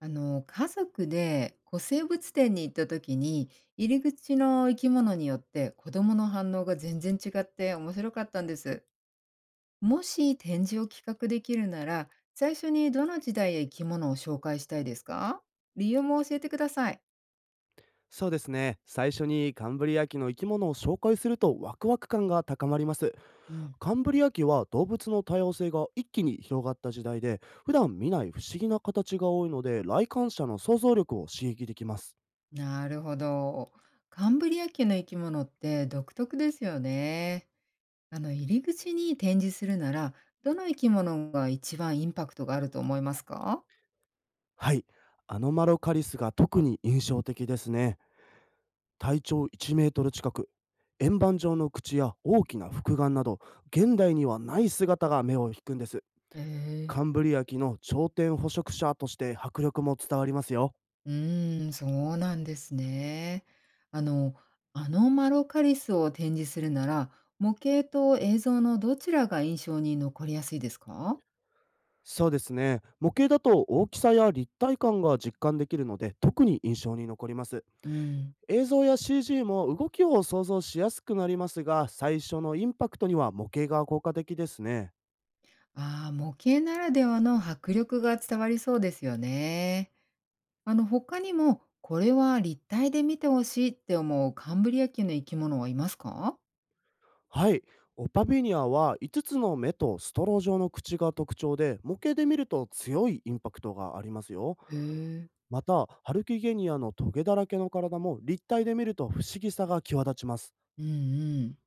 家族で古生物展に行った時に、入り口の生き物によって子供の反応が全然違って面白かったんです。もし展示を企画できるなら、最初にどの時代や生き物を紹介したいですか？理由も教えてください。そうですね。最初にカンブリア紀の生き物を紹介するとワクワク感が高まります。うん、カンブリア紀は動物の多様性が一気に広がった時代で、普段見ない不思議な形が多いので、来館者の想像力を刺激できます。なるほど。カンブリア紀の生き物って独特ですよね。入り口に展示するなら、どの生き物が一番インパクトがあると思いますか？はい。アノマロカリスが特に印象的ですね。体長1メートル近く、円盤状の口や大きな複眼など、現代にはない姿が目を引くんです。ええ。カンブリア紀の頂点捕食者として迫力も伝わりますよ。そうなんですね。あの、アノマロカリスを展示するなら、模型と映像のどちらが印象に残りやすいですか？そうですね。模型だと大きさや立体感が実感できるので、特に印象に残ります。うん。映像や CG も動きを想像しやすくなりますが、最初のインパクトには模型が効果的ですね。ああ、模型ならではの迫力が伝わりそうですよね。他にも、これは立体で見てほしいって思うカンブリア紀の生き物はいますか？はい。オパビニアは5つつの目とストロー状の口が特徴で、模型で見ると強いインパクトがありますよ。へえ。また、ハルキゲニアのトゲだらけの体も立体で見ると不思議さが際立ちます。うんうん。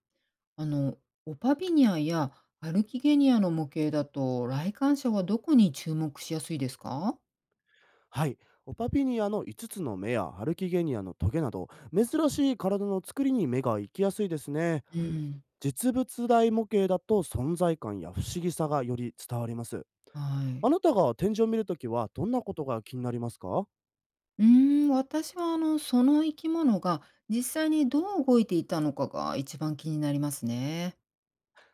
あの、オパビニアやアルキゲニアの模型だと、来館者はどこに注目しやすいですか？はい、オパピニアの5つつの目やハルキゲニアのトゲなど、珍しい体の作りに目が行きやすいですね。うん。実物大模型だと存在感や不思議さがより伝わります。はあい。なたが展示を見るときはどんなことが気になりますか？私はその生き物が実際にどう動いていたのかが一番気になりますね。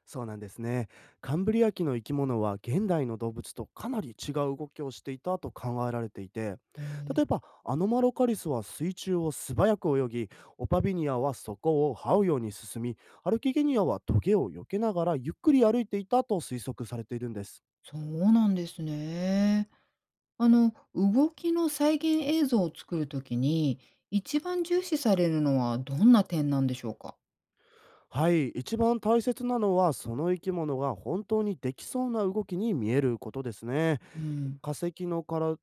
そうなんですね。カンブリア紀の生き物は現代の動物とかなり違う動きをしていたと考えられていて、へえ。例えばアノマロカリスは水中を素早く泳ぎ、オパビニアはそこを這うように進み、アルキゲニアはトゲを避けながらゆっくり歩いていたと推測されているんです。そうなんですね。動きの再現映像を作るときに、一番重視されるのはどんな点なんでしょうか？はい、一番大切なのはその生き物が本当にできそうな動きに見えることですね。うん。化石のから、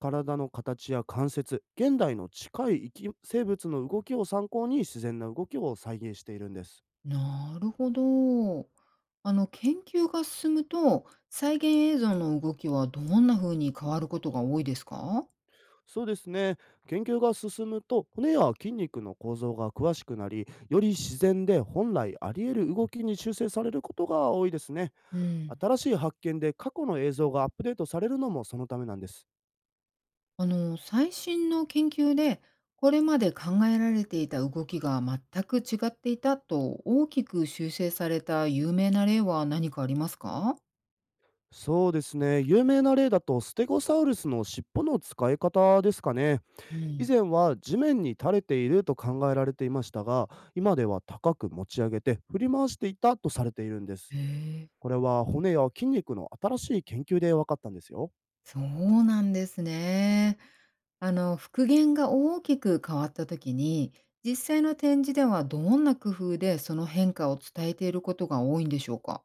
体の形や関節、現代の近い生き生物の動きを参考に自然な動きを再現しているんです。なるほど。研究が進むと、再現映像の動きはどんな風に変わることが多いですか？そうですね。研究が進むと骨や筋肉の構造が詳しくなり、より自然で本来あり得る動きに修正されることが多いですね。うん、新しい発見で過去の映像がアップデートされるのもそのためなんです。最新の研究で、これまで考えられていた動きが全く違っていたと大きく修正された有名な例は何かありますか？そうですね。有名な例だとステゴサウルスの尻尾の使い方ですかね。う以ん。前は地面に垂れていると考えられていましたが、今では高く持ち上げて振り回していたとされているんです。へえ。これは骨や筋肉の新しい研究で分かったんですよ。そうなんですね。復元が大きく変わった時に、実際の展示ではどんな工夫でその変化を伝えていることが多いんでしょうか？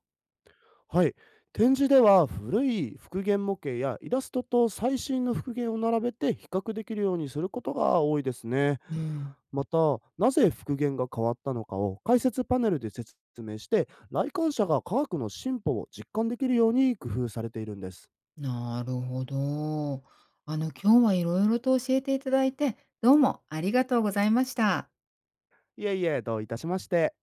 はい。展示では古い復元模型やイラストと最新の復元を並べて比較できるようにすることが多いですね。うん。また、なぜ復元が変わったのかを解説パネルで説明して、来館者が科学の進歩を実感できるように工夫されているんです。なるほど。今日はいろいろと教えていただいて、どうもありがとうございました。いえいえ、どういたしまして。